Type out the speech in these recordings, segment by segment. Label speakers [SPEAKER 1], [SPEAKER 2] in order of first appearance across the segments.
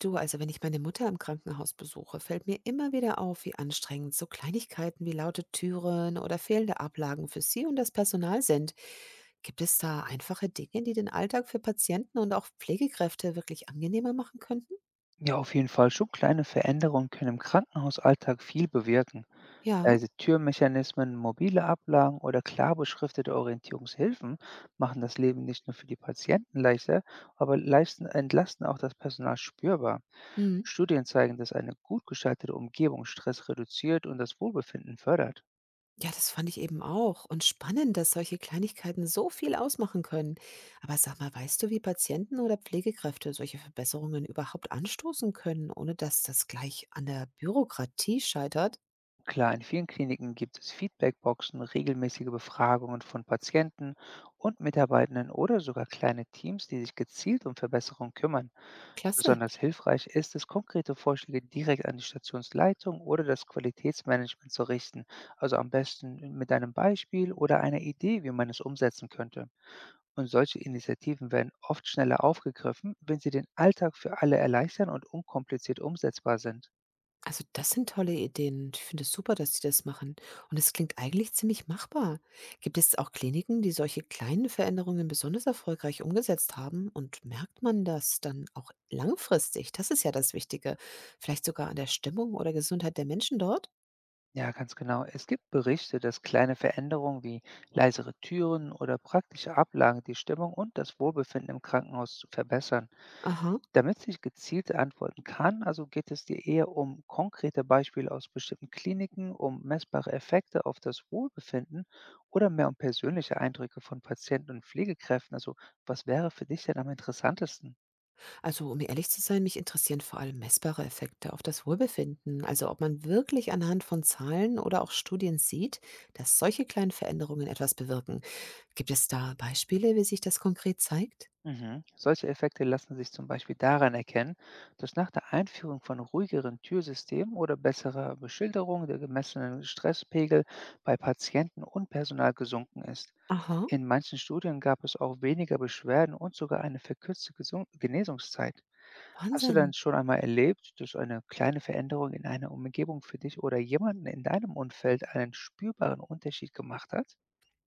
[SPEAKER 1] Du, also wenn ich meine Mutter im Krankenhaus besuche, fällt mir immer wieder auf, wie anstrengend so Kleinigkeiten wie laute Türen oder fehlende Ablagen für sie und das Personal sind. Gibt es da einfache Dinge, die den Alltag für Patienten und auch Pflegekräfte wirklich angenehmer machen könnten?
[SPEAKER 2] Ja, auf jeden Fall. Schon kleine Veränderungen können im Krankenhausalltag viel bewirken.
[SPEAKER 1] Ja.
[SPEAKER 2] Also Türmechanismen, mobile Ablagen oder klar beschriftete Orientierungshilfen machen das Leben nicht nur für die Patienten leichter, aber leisten, entlasten auch das Personal spürbar.
[SPEAKER 1] Hm.
[SPEAKER 2] Studien zeigen, dass eine gut gestaltete Umgebung Stress reduziert und das Wohlbefinden fördert.
[SPEAKER 1] Ja, das fand ich eben auch. Und spannend, dass solche Kleinigkeiten so viel ausmachen können. Aber sag mal, weißt du, wie Patienten oder Pflegekräfte solche Verbesserungen überhaupt anstoßen können, ohne dass das gleich an der Bürokratie scheitert?
[SPEAKER 2] Klar, in vielen Kliniken gibt es Feedbackboxen, regelmäßige Befragungen von Patienten und Mitarbeitenden oder sogar kleine Teams, die sich gezielt um Verbesserungen kümmern.
[SPEAKER 1] Klasse.
[SPEAKER 2] Besonders hilfreich ist es, konkrete Vorschläge direkt an die Stationsleitung oder das Qualitätsmanagement zu richten, also am besten mit einem Beispiel oder einer Idee, wie man es umsetzen könnte. Und solche Initiativen werden oft schneller aufgegriffen, wenn sie den Alltag für alle erleichtern und unkompliziert umsetzbar sind.
[SPEAKER 1] Also, das sind tolle Ideen, ich finde es super, dass sie das machen. Und es klingt eigentlich ziemlich machbar. Gibt es auch Kliniken, die solche kleinen Veränderungen besonders erfolgreich umgesetzt haben? Und merkt man das dann auch langfristig? Das ist ja das Wichtige. Vielleicht sogar an der Stimmung oder Gesundheit der Menschen dort?
[SPEAKER 2] Ja, ganz genau. Es gibt Berichte, dass kleine Veränderungen wie leisere Türen oder praktische Ablagen die Stimmung und das Wohlbefinden im Krankenhaus zu verbessern.
[SPEAKER 1] Aha.
[SPEAKER 2] Damit ich gezielt antworten kann, also geht es dir eher um konkrete Beispiele aus bestimmten Kliniken, um messbare Effekte auf das Wohlbefinden oder mehr um persönliche Eindrücke von Patienten und Pflegekräften? Also was wäre für dich denn am interessantesten?
[SPEAKER 1] Also, um ehrlich zu sein, mich interessieren vor allem messbare Effekte auf das Wohlbefinden. Also, ob man wirklich anhand von Zahlen oder auch Studien sieht, dass solche kleinen Veränderungen etwas bewirken. Gibt es da Beispiele, wie sich das konkret zeigt?
[SPEAKER 2] Mhm. Solche Effekte lassen sich zum Beispiel daran erkennen, dass nach der Einführung von ruhigeren Türsystemen oder besserer Beschilderung der gemessenen Stresspegel bei Patienten und Personal gesunken ist.
[SPEAKER 1] Aha,
[SPEAKER 2] In manchen Studien gab es auch weniger Beschwerden und sogar eine verkürzte Gesung Genesungszeit. Hast du dann
[SPEAKER 1] Wahnsinn.
[SPEAKER 2] schon einmal erlebt, dass eine kleine Veränderung in einer Umgebung für dich oder jemanden in deinem Umfeld einen spürbaren Unterschied gemacht hat?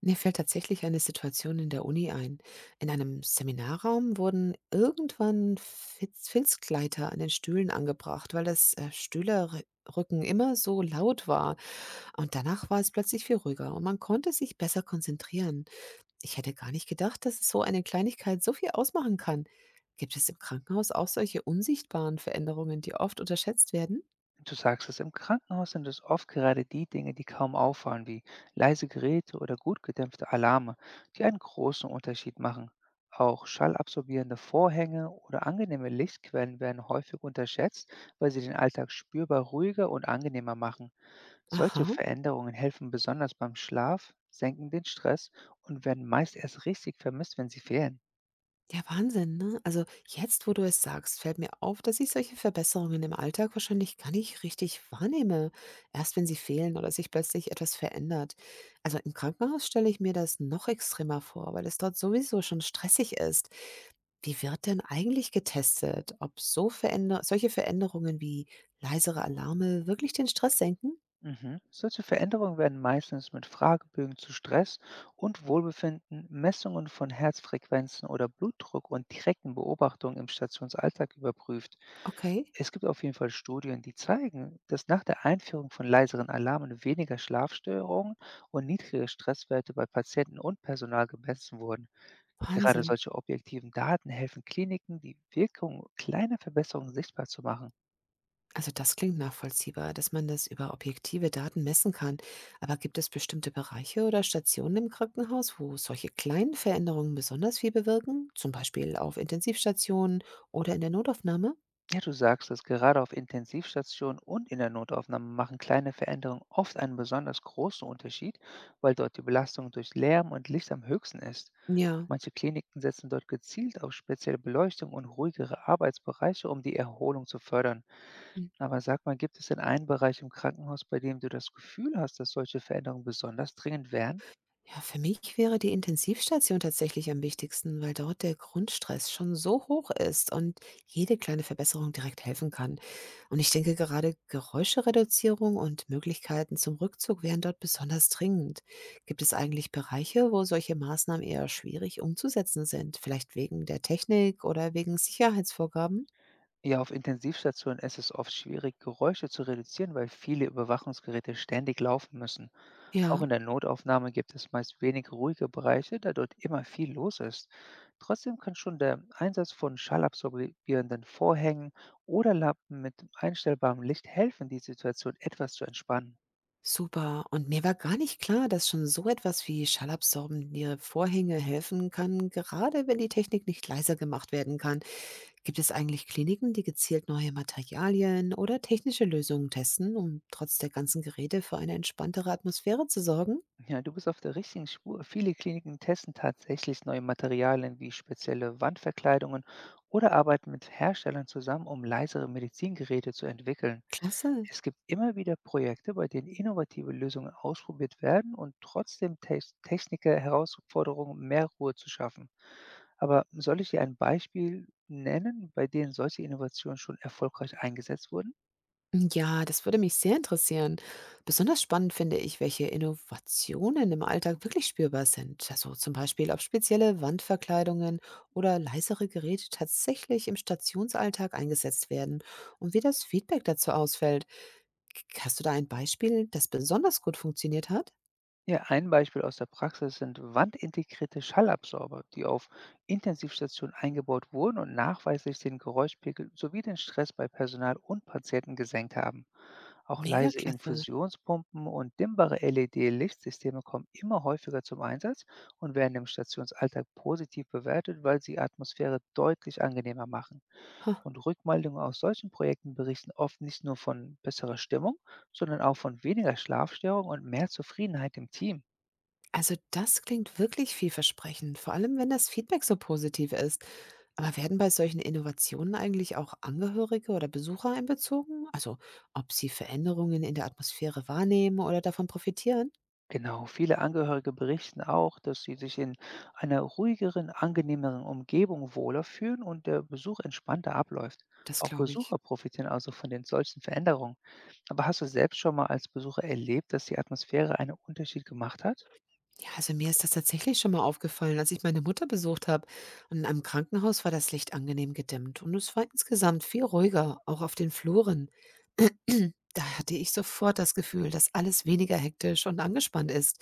[SPEAKER 1] Mir fällt tatsächlich eine Situation in der Uni ein. In einem Seminarraum wurden irgendwann Filzgleiter an den Stühlen angebracht, weil das Stühlerrücken immer so laut war. Und danach war es plötzlich viel ruhiger und man konnte sich besser konzentrieren. Ich hätte gar nicht gedacht, dass es so eine Kleinigkeit so viel ausmachen kann. Gibt es im Krankenhaus auch solche unsichtbaren Veränderungen, die oft unterschätzt werden?
[SPEAKER 2] Du sagst es, im Krankenhaus sind es oft gerade die Dinge, die kaum auffallen, wie leise Geräte oder gut gedämpfte Alarme, die einen großen Unterschied machen. Auch schallabsorbierende Vorhänge oder angenehme Lichtquellen werden häufig unterschätzt, weil sie den Alltag spürbar ruhiger und angenehmer machen. Solche
[SPEAKER 1] Aha.
[SPEAKER 2] Veränderungen helfen besonders beim Schlaf, senken den Stress und werden meist erst richtig vermisst, wenn sie fehlen.
[SPEAKER 1] Ja, Wahnsinn, ne? Also jetzt, wo du es sagst, fällt mir auf, dass ich solche Verbesserungen im Alltag wahrscheinlich gar nicht richtig wahrnehme. Erst wenn sie fehlen oder sich plötzlich etwas verändert. Also im Krankenhaus stelle ich mir das noch extremer vor, weil es dort sowieso schon stressig ist. Wie wird denn eigentlich getestet, ob so veränder solche Veränderungen wie leisere Alarme wirklich den Stress senken?
[SPEAKER 2] Mhm. Solche Veränderungen werden meistens mit Fragebögen zu Stress und Wohlbefinden, Messungen von Herzfrequenzen oder Blutdruck und direkten Beobachtungen im Stationsalltag überprüft.
[SPEAKER 1] Okay,
[SPEAKER 2] Es gibt auf jeden Fall Studien, die zeigen, dass nach der Einführung von leiseren Alarmen weniger Schlafstörungen und niedrige Stresswerte bei Patienten und Personal gemessen wurden. Gerade
[SPEAKER 1] Wahnsinn.
[SPEAKER 2] solche objektiven Daten helfen Kliniken, die Wirkung kleiner Verbesserungen sichtbar zu machen.
[SPEAKER 1] Also das klingt nachvollziehbar, dass man das über objektive Daten messen kann. Aber gibt es bestimmte Bereiche oder Stationen im Krankenhaus, wo solche kleinen Veränderungen besonders viel bewirken? Zum Beispiel auf Intensivstationen oder in der Notaufnahme?
[SPEAKER 2] Ja, du sagst es, gerade auf Intensivstationen und in der Notaufnahme machen kleine Veränderungen oft einen besonders großen Unterschied, weil dort die Belastung durch Lärm und Licht am höchsten ist.
[SPEAKER 1] Ja.
[SPEAKER 2] Manche Kliniken setzen dort gezielt auf spezielle Beleuchtung und ruhigere Arbeitsbereiche, um die Erholung zu fördern. Aber sag mal, gibt es denn einen Bereich im Krankenhaus, bei dem du das Gefühl hast, dass solche Veränderungen besonders dringend wären?
[SPEAKER 1] Ja, für mich wäre die Intensivstation tatsächlich am wichtigsten, weil dort der Grundstress schon so hoch ist und jede kleine Verbesserung direkt helfen kann. Und ich denke, gerade Geräuschereduzierung und Möglichkeiten zum Rückzug wären dort besonders dringend. Gibt es eigentlich Bereiche, wo solche Maßnahmen eher schwierig umzusetzen sind? Vielleicht wegen der Technik oder wegen Sicherheitsvorgaben?
[SPEAKER 2] Ja, auf Intensivstationen ist es oft schwierig, Geräusche zu reduzieren, weil viele Überwachungsgeräte ständig laufen müssen.
[SPEAKER 1] Ja.
[SPEAKER 2] Auch in der Notaufnahme gibt es meist wenig ruhige Bereiche, da dort immer viel los ist. Trotzdem kann schon der Einsatz von schallabsorbierenden Vorhängen oder Lampen mit einstellbarem Licht helfen, die Situation etwas zu entspannen.
[SPEAKER 1] Super. Und mir war gar nicht klar, dass schon so etwas wie schallabsorbende Vorhänge helfen kann, gerade wenn die Technik nicht leiser gemacht werden kann. Gibt es eigentlich Kliniken, die gezielt neue Materialien oder technische Lösungen testen, um trotz der ganzen Geräte für eine entspanntere Atmosphäre zu sorgen?
[SPEAKER 2] Ja, du bist auf der richtigen Spur. Viele Kliniken testen tatsächlich neue Materialien wie spezielle Wandverkleidungen oder arbeiten mit Herstellern zusammen, um leisere Medizingeräte zu entwickeln.
[SPEAKER 1] Klasse.
[SPEAKER 2] Es gibt immer wieder Projekte, bei denen innovative Lösungen ausprobiert werden und trotzdem Techniker Herausforderungen, mehr Ruhe zu schaffen. Aber soll ich dir ein Beispiel nennen, bei denen solche Innovationen schon erfolgreich eingesetzt wurden?
[SPEAKER 1] Ja, das würde mich sehr interessieren. Besonders spannend finde ich, welche Innovationen im Alltag wirklich spürbar sind. Also zum Beispiel, ob spezielle Wandverkleidungen oder leisere Geräte tatsächlich im Stationsalltag eingesetzt werden und wie das Feedback dazu ausfällt. Hast du da ein Beispiel, das besonders gut funktioniert hat?
[SPEAKER 2] Ja, ein Beispiel aus der Praxis sind wandintegrierte Schallabsorber, die auf Intensivstationen eingebaut wurden und nachweislich den Geräuschpegel sowie den Stress bei Personal und Patienten gesenkt haben. Auch
[SPEAKER 1] Mega
[SPEAKER 2] leise
[SPEAKER 1] klasse.
[SPEAKER 2] Infusionspumpen und dimmbare LED-Lichtsysteme kommen immer häufiger zum Einsatz und werden im Stationsalltag positiv bewertet, weil sie die Atmosphäre deutlich angenehmer machen.
[SPEAKER 1] Ha.
[SPEAKER 2] Und Rückmeldungen aus solchen Projekten berichten oft nicht nur von besserer Stimmung, sondern auch von weniger Schlafstörungen und mehr Zufriedenheit im Team.
[SPEAKER 1] Also das klingt wirklich vielversprechend, vor allem wenn das Feedback so positiv ist. Aber werden bei solchen Innovationen eigentlich auch Angehörige oder Besucher einbezogen? Also ob sie Veränderungen in der Atmosphäre wahrnehmen oder davon profitieren?
[SPEAKER 2] Genau, viele Angehörige berichten auch, dass sie sich in einer ruhigeren, angenehmeren Umgebung wohler fühlen und der Besuch entspannter abläuft.
[SPEAKER 1] Das
[SPEAKER 2] Auch
[SPEAKER 1] glaube ich.
[SPEAKER 2] Besucher profitieren also von den solchen Veränderungen. Aber hast du selbst schon mal als Besucher erlebt, dass die Atmosphäre einen Unterschied gemacht hat?
[SPEAKER 1] Ja, also mir ist das tatsächlich schon mal aufgefallen, als ich meine Mutter besucht habe. Und am Krankenhaus war das Licht angenehm gedimmt und es war insgesamt viel ruhiger, auch auf den Fluren. Da hatte ich sofort das Gefühl, dass alles weniger hektisch und angespannt ist.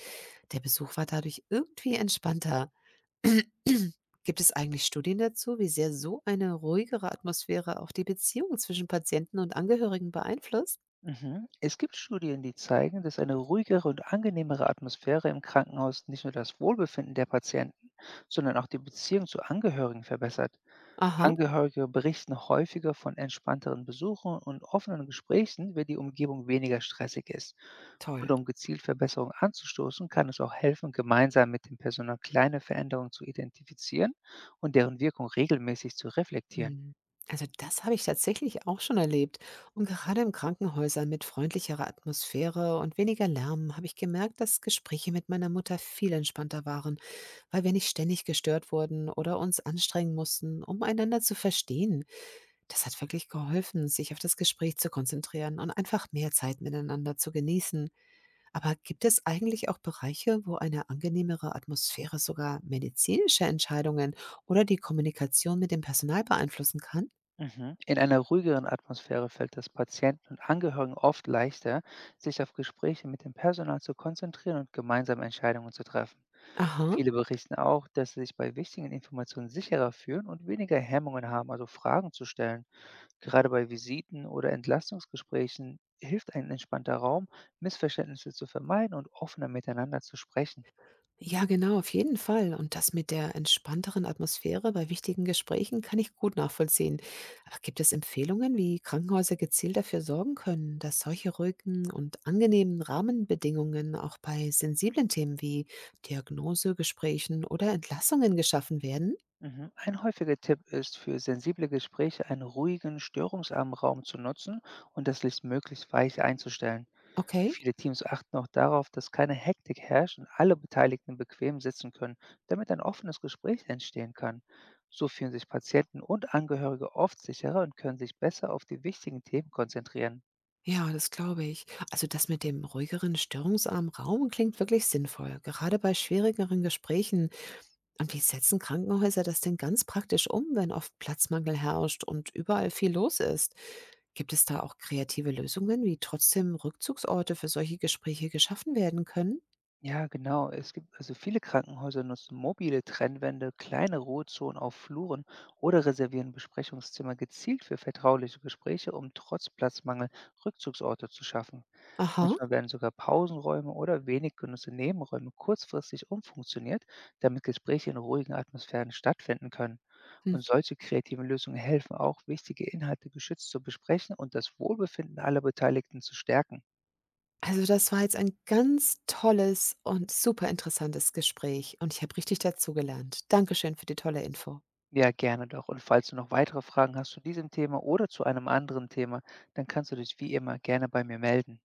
[SPEAKER 1] Der Besuch war dadurch irgendwie entspannter. Gibt es eigentlich Studien dazu, wie sehr so eine ruhigere Atmosphäre auch die Beziehung zwischen Patienten und Angehörigen beeinflusst?
[SPEAKER 2] Mhm. Es gibt Studien, die zeigen, dass eine ruhigere und angenehmere Atmosphäre im Krankenhaus nicht nur das Wohlbefinden der Patienten, sondern auch die Beziehung zu Angehörigen verbessert.
[SPEAKER 1] Aha,
[SPEAKER 2] Angehörige berichten häufiger von entspannteren Besuchen und offenen Gesprächen, wenn die Umgebung weniger stressig ist.
[SPEAKER 1] toll.
[SPEAKER 2] Und um gezielt Verbesserungen anzustoßen, kann es auch helfen, gemeinsam mit dem Personal kleine Veränderungen zu identifizieren und deren Wirkung regelmäßig zu reflektieren.
[SPEAKER 1] Hm. Also das habe ich tatsächlich auch schon erlebt. Und gerade in Krankenhäusern mit freundlicherer Atmosphäre und weniger Lärm habe ich gemerkt, dass Gespräche mit meiner Mutter viel entspannter waren, weil wir nicht ständig gestört wurden oder uns anstrengen mussten, um einander zu verstehen. Das hat wirklich geholfen, sich auf das Gespräch zu konzentrieren und einfach mehr Zeit miteinander zu genießen. Aber gibt es eigentlich auch Bereiche, wo eine angenehmere Atmosphäre sogar medizinische Entscheidungen oder die Kommunikation mit dem Personal beeinflussen kann?
[SPEAKER 2] Mhm. In einer ruhigeren Atmosphäre fällt es Patienten und Angehörigen oft leichter, sich auf Gespräche mit dem Personal zu konzentrieren und gemeinsam Entscheidungen zu treffen.
[SPEAKER 1] Aha.
[SPEAKER 2] Viele berichten auch, dass sie sich bei wichtigen Informationen sicherer fühlen und weniger Hemmungen haben, also Fragen zu stellen. Gerade bei Visiten oder Entlastungsgesprächen hilft ein entspannter Raum, Missverständnisse zu vermeiden und offener miteinander zu sprechen.
[SPEAKER 1] Ja, genau, auf jeden Fall. Und das mit der entspannteren Atmosphäre bei wichtigen Gesprächen kann ich gut nachvollziehen. Aber gibt es Empfehlungen, wie Krankenhäuser gezielt dafür sorgen können, dass solche ruhigen und angenehmen Rahmenbedingungen auch bei sensiblen Themen wie Diagnosegesprächen oder Entlassungen geschaffen werden?
[SPEAKER 2] Mhm. Ein häufiger Tipp ist, für sensible Gespräche einen ruhigen, störungsarmen Raum zu nutzen und das Licht möglichst weich einzustellen.
[SPEAKER 1] Okay.
[SPEAKER 2] Viele Teams achten auch darauf, dass keine Hektik herrscht und alle Beteiligten bequem sitzen können, damit ein offenes Gespräch entstehen kann. So fühlen sich Patienten und Angehörige oft sicherer und können sich besser auf die wichtigen Themen konzentrieren.
[SPEAKER 1] Ja, das glaube ich. Also das mit dem ruhigeren, störungsarmen Raum klingt wirklich sinnvoll, gerade bei schwierigeren Gesprächen. Und wie setzen Krankenhäuser das denn ganz praktisch um, wenn oft Platzmangel herrscht und überall viel los ist? Gibt es da auch kreative Lösungen, wie trotzdem Rückzugsorte für solche Gespräche geschaffen werden können?
[SPEAKER 2] Ja, genau. Es gibt also viele Krankenhäuser nutzen mobile Trennwände, kleine Ruhezonen auf Fluren oder reservieren Besprechungszimmer gezielt für vertrauliche Gespräche, um trotz Platzmangel Rückzugsorte zu schaffen.
[SPEAKER 1] Aha.
[SPEAKER 2] Manchmal werden sogar Pausenräume oder wenig genutzte Nebenräume kurzfristig umfunktioniert, damit Gespräche in ruhigen Atmosphären stattfinden können.
[SPEAKER 1] Hm.
[SPEAKER 2] Und solche kreativen Lösungen helfen auch, wichtige Inhalte geschützt zu besprechen und das Wohlbefinden aller Beteiligten zu stärken.
[SPEAKER 1] Also das war jetzt ein ganz tolles und super interessantes Gespräch und ich habe richtig dazugelernt. Dankeschön für die tolle Info.
[SPEAKER 2] Ja, gerne doch. Und falls du noch weitere Fragen hast zu diesem Thema oder zu einem anderen Thema, dann kannst du dich wie immer gerne bei mir melden.